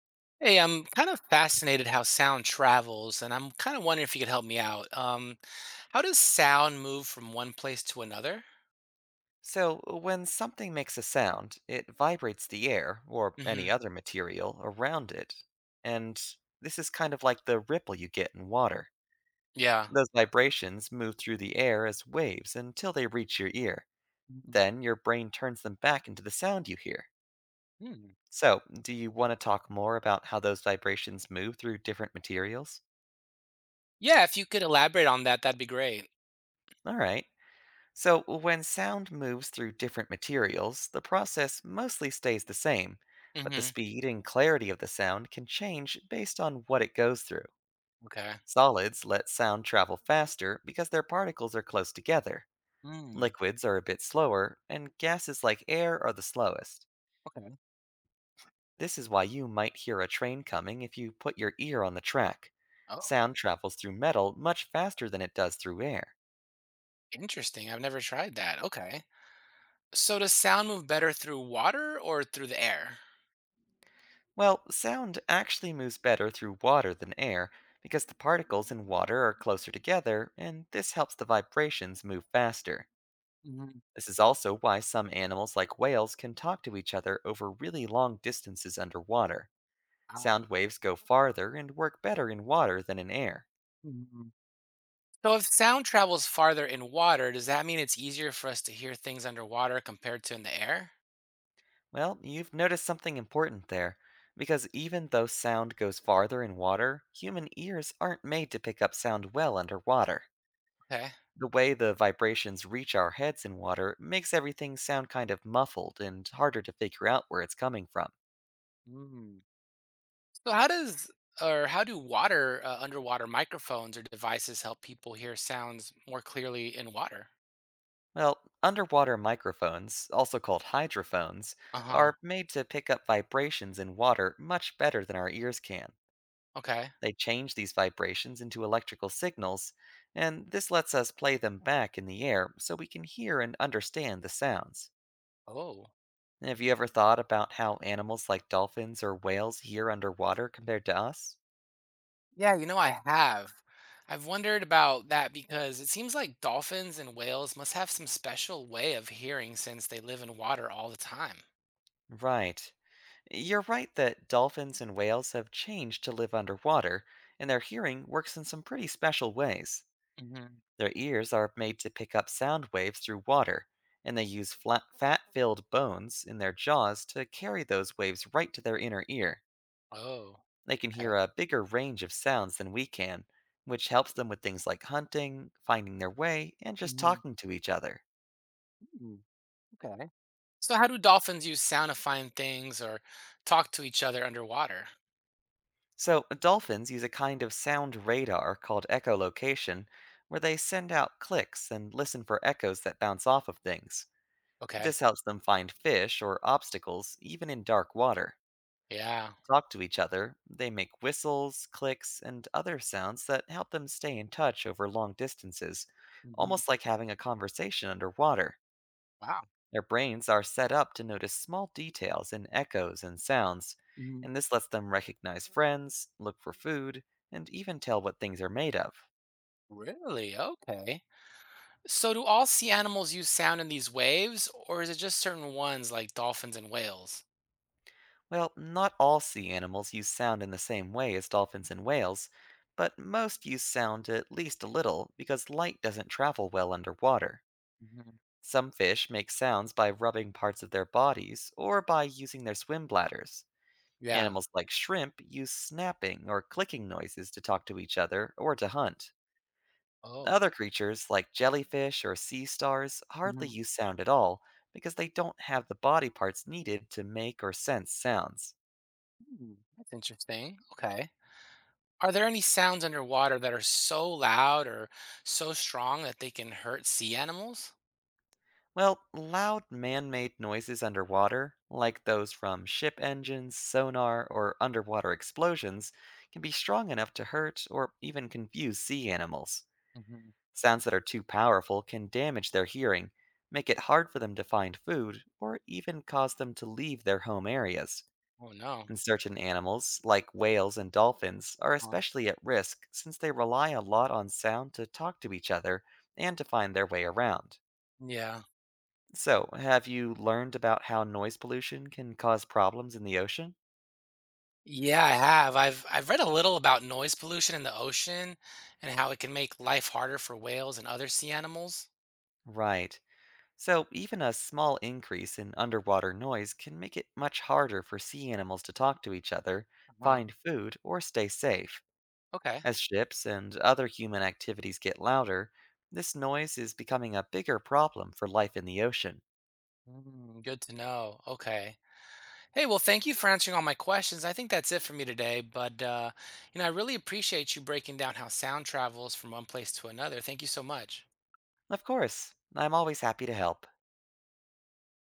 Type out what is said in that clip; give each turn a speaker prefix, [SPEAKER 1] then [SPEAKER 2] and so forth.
[SPEAKER 1] Hey, I'm kind of fascinated how sound travels, and I'm kind of wondering if you could help me out. How does sound move from one place to another?
[SPEAKER 2] So, when something makes a sound, it vibrates the air, or any
[SPEAKER 1] Hmm.
[SPEAKER 2] other material, around it. And this is kind of like the ripple you get in water.
[SPEAKER 1] Yeah.
[SPEAKER 2] Those vibrations move through the air as waves until they reach your ear.
[SPEAKER 1] Mhm.
[SPEAKER 2] Then your brain turns them back into the sound you hear.
[SPEAKER 1] Hmm.
[SPEAKER 2] So, do you want to talk more about how those vibrations move through different materials?
[SPEAKER 1] Yeah, if you could elaborate on that, that'd be great.
[SPEAKER 2] All right. So, when sound moves through different materials, the process mostly stays the same, but the
[SPEAKER 1] Hmm.
[SPEAKER 2] speed and clarity of the sound can change based on what it goes through.
[SPEAKER 1] Okay.
[SPEAKER 2] Solids let sound travel faster because their particles are close together.
[SPEAKER 1] Mm.
[SPEAKER 2] Liquids are a bit slower, and gases like air are the slowest.
[SPEAKER 1] Okay.
[SPEAKER 2] This is why you might hear a train coming if you put your ear on the track.
[SPEAKER 1] Oh,
[SPEAKER 2] Sound travels through metal much faster than it does through air.
[SPEAKER 1] interesting. I've never tried that. Okay. So does sound move better through water or through the air?
[SPEAKER 2] Well, sound actually moves better through water than air because the particles in water are closer together, and this helps the vibrations move faster.
[SPEAKER 1] Mhm.
[SPEAKER 2] This is also why some animals, like whales, can talk to each other over really long distances underwater.
[SPEAKER 1] Ah.
[SPEAKER 2] Sound waves go farther and work better in water than in air.
[SPEAKER 1] Mhm. So if sound travels farther in water, does that mean it's easier for us to hear things underwater compared to in the air?
[SPEAKER 2] Well, you've noticed something important there, because even though sound goes farther in water, human ears aren't made to pick up sound well underwater.
[SPEAKER 1] Okay.
[SPEAKER 2] The way the vibrations reach our heads in water makes everything sound kind of muffled and harder to figure out where it's coming from.
[SPEAKER 1] Mm. So how does or how do water underwater microphones or devices help people hear sounds more clearly in water?
[SPEAKER 2] Well, underwater microphones, also called hydrophones,
[SPEAKER 1] Uh-huh.
[SPEAKER 2] are made to pick up vibrations in water much better than our ears can.
[SPEAKER 1] Okay.
[SPEAKER 2] They change these vibrations into electrical signals, and this lets us play them back in the air so we can hear and understand the sounds.
[SPEAKER 1] Oh.
[SPEAKER 2] Have you ever thought about how animals like dolphins or whales hear underwater compared to us?
[SPEAKER 1] Yeah, you know I have. I've wondered about that because it seems like dolphins and whales must have some special way of hearing since they live in water all the time.
[SPEAKER 2] Right. You're right that dolphins and whales have changed to live underwater, and their hearing works in some pretty special ways.
[SPEAKER 1] Hmm.
[SPEAKER 2] Their ears are made to pick up sound waves through water, and they use flat, fat filled bones in their jaws to carry those waves right to their inner ear.
[SPEAKER 1] Oh,
[SPEAKER 2] They can hear
[SPEAKER 1] okay.
[SPEAKER 2] a bigger range of sounds than we can, which helps them with things like hunting, finding their way, and just
[SPEAKER 1] Hmm.
[SPEAKER 2] talking to each other.
[SPEAKER 1] Okay. So how do dolphins use sound to find things or talk to each other underwater?
[SPEAKER 2] So, dolphins use a kind of sound radar called echolocation, where they send out clicks and listen for echoes that bounce off of things.
[SPEAKER 1] Okay.
[SPEAKER 2] This helps them find fish or obstacles, even in dark water.
[SPEAKER 1] Yeah.
[SPEAKER 2] Talk to each other, they make whistles, clicks, and other sounds that help them stay in touch over long distances,
[SPEAKER 1] Hmm.
[SPEAKER 2] almost like having a conversation underwater.
[SPEAKER 1] Wow.
[SPEAKER 2] Their brains are set up to notice small details in echoes and sounds,
[SPEAKER 1] Mm,
[SPEAKER 2] and this lets them recognize friends, look for food, and even tell what things are made of.
[SPEAKER 1] really? Okay. So, do all sea animals use sound in these waves, or is it just certain ones like dolphins and whales?
[SPEAKER 2] Well, not all sea animals use sound in the same way as dolphins and whales, but most use sound at least a little because light doesn't travel well underwater.
[SPEAKER 1] Mhm.
[SPEAKER 2] Some fish make sounds by rubbing parts of their bodies or by using their swim bladders.
[SPEAKER 1] Yeah.
[SPEAKER 2] Animals like shrimp use snapping or clicking noises to talk to each other or to hunt.
[SPEAKER 1] Oh.
[SPEAKER 2] Other creatures, like jellyfish or sea stars, hardly
[SPEAKER 1] Mhm.
[SPEAKER 2] use sound at all because they don't have the body parts needed to make or sense sounds.
[SPEAKER 1] Hmm, that's interesting. Okay. Are there any sounds underwater that are so loud or so strong that they can hurt sea animals?
[SPEAKER 2] Well, loud man made noises underwater, like those from ship engines, sonar, or underwater explosions, can be strong enough to hurt or even confuse sea animals.
[SPEAKER 1] Mhm.
[SPEAKER 2] Sounds that are too powerful can damage their hearing, make it hard for them to find food, or even cause them to leave their home areas.
[SPEAKER 1] Oh no.
[SPEAKER 2] And certain animals, like whales and dolphins, are
[SPEAKER 1] Uh-huh.
[SPEAKER 2] especially at risk since they rely a lot on sound to talk to each other and to find their way around.
[SPEAKER 1] Yeah.
[SPEAKER 2] So, have you learned about how noise pollution can cause problems in the ocean?
[SPEAKER 1] Yeah, I have. I've read a little about noise pollution in the ocean and how it can make life harder for whales and other sea animals.
[SPEAKER 2] Right. So, even a small increase in underwater noise can make it much harder for sea animals to talk to each other,
[SPEAKER 1] Uh-huh.
[SPEAKER 2] find food, or stay safe.
[SPEAKER 1] Okay.
[SPEAKER 2] As ships and other human activities get louder, this noise is becoming a bigger problem for life in the ocean.
[SPEAKER 1] Mm, good to know. Okay. Hey, well, thank you for answering all my questions. I think that's it for me today, but I really appreciate you breaking down how sound travels from one place to another. Thank you so much.
[SPEAKER 2] Of course, I'm always happy to help.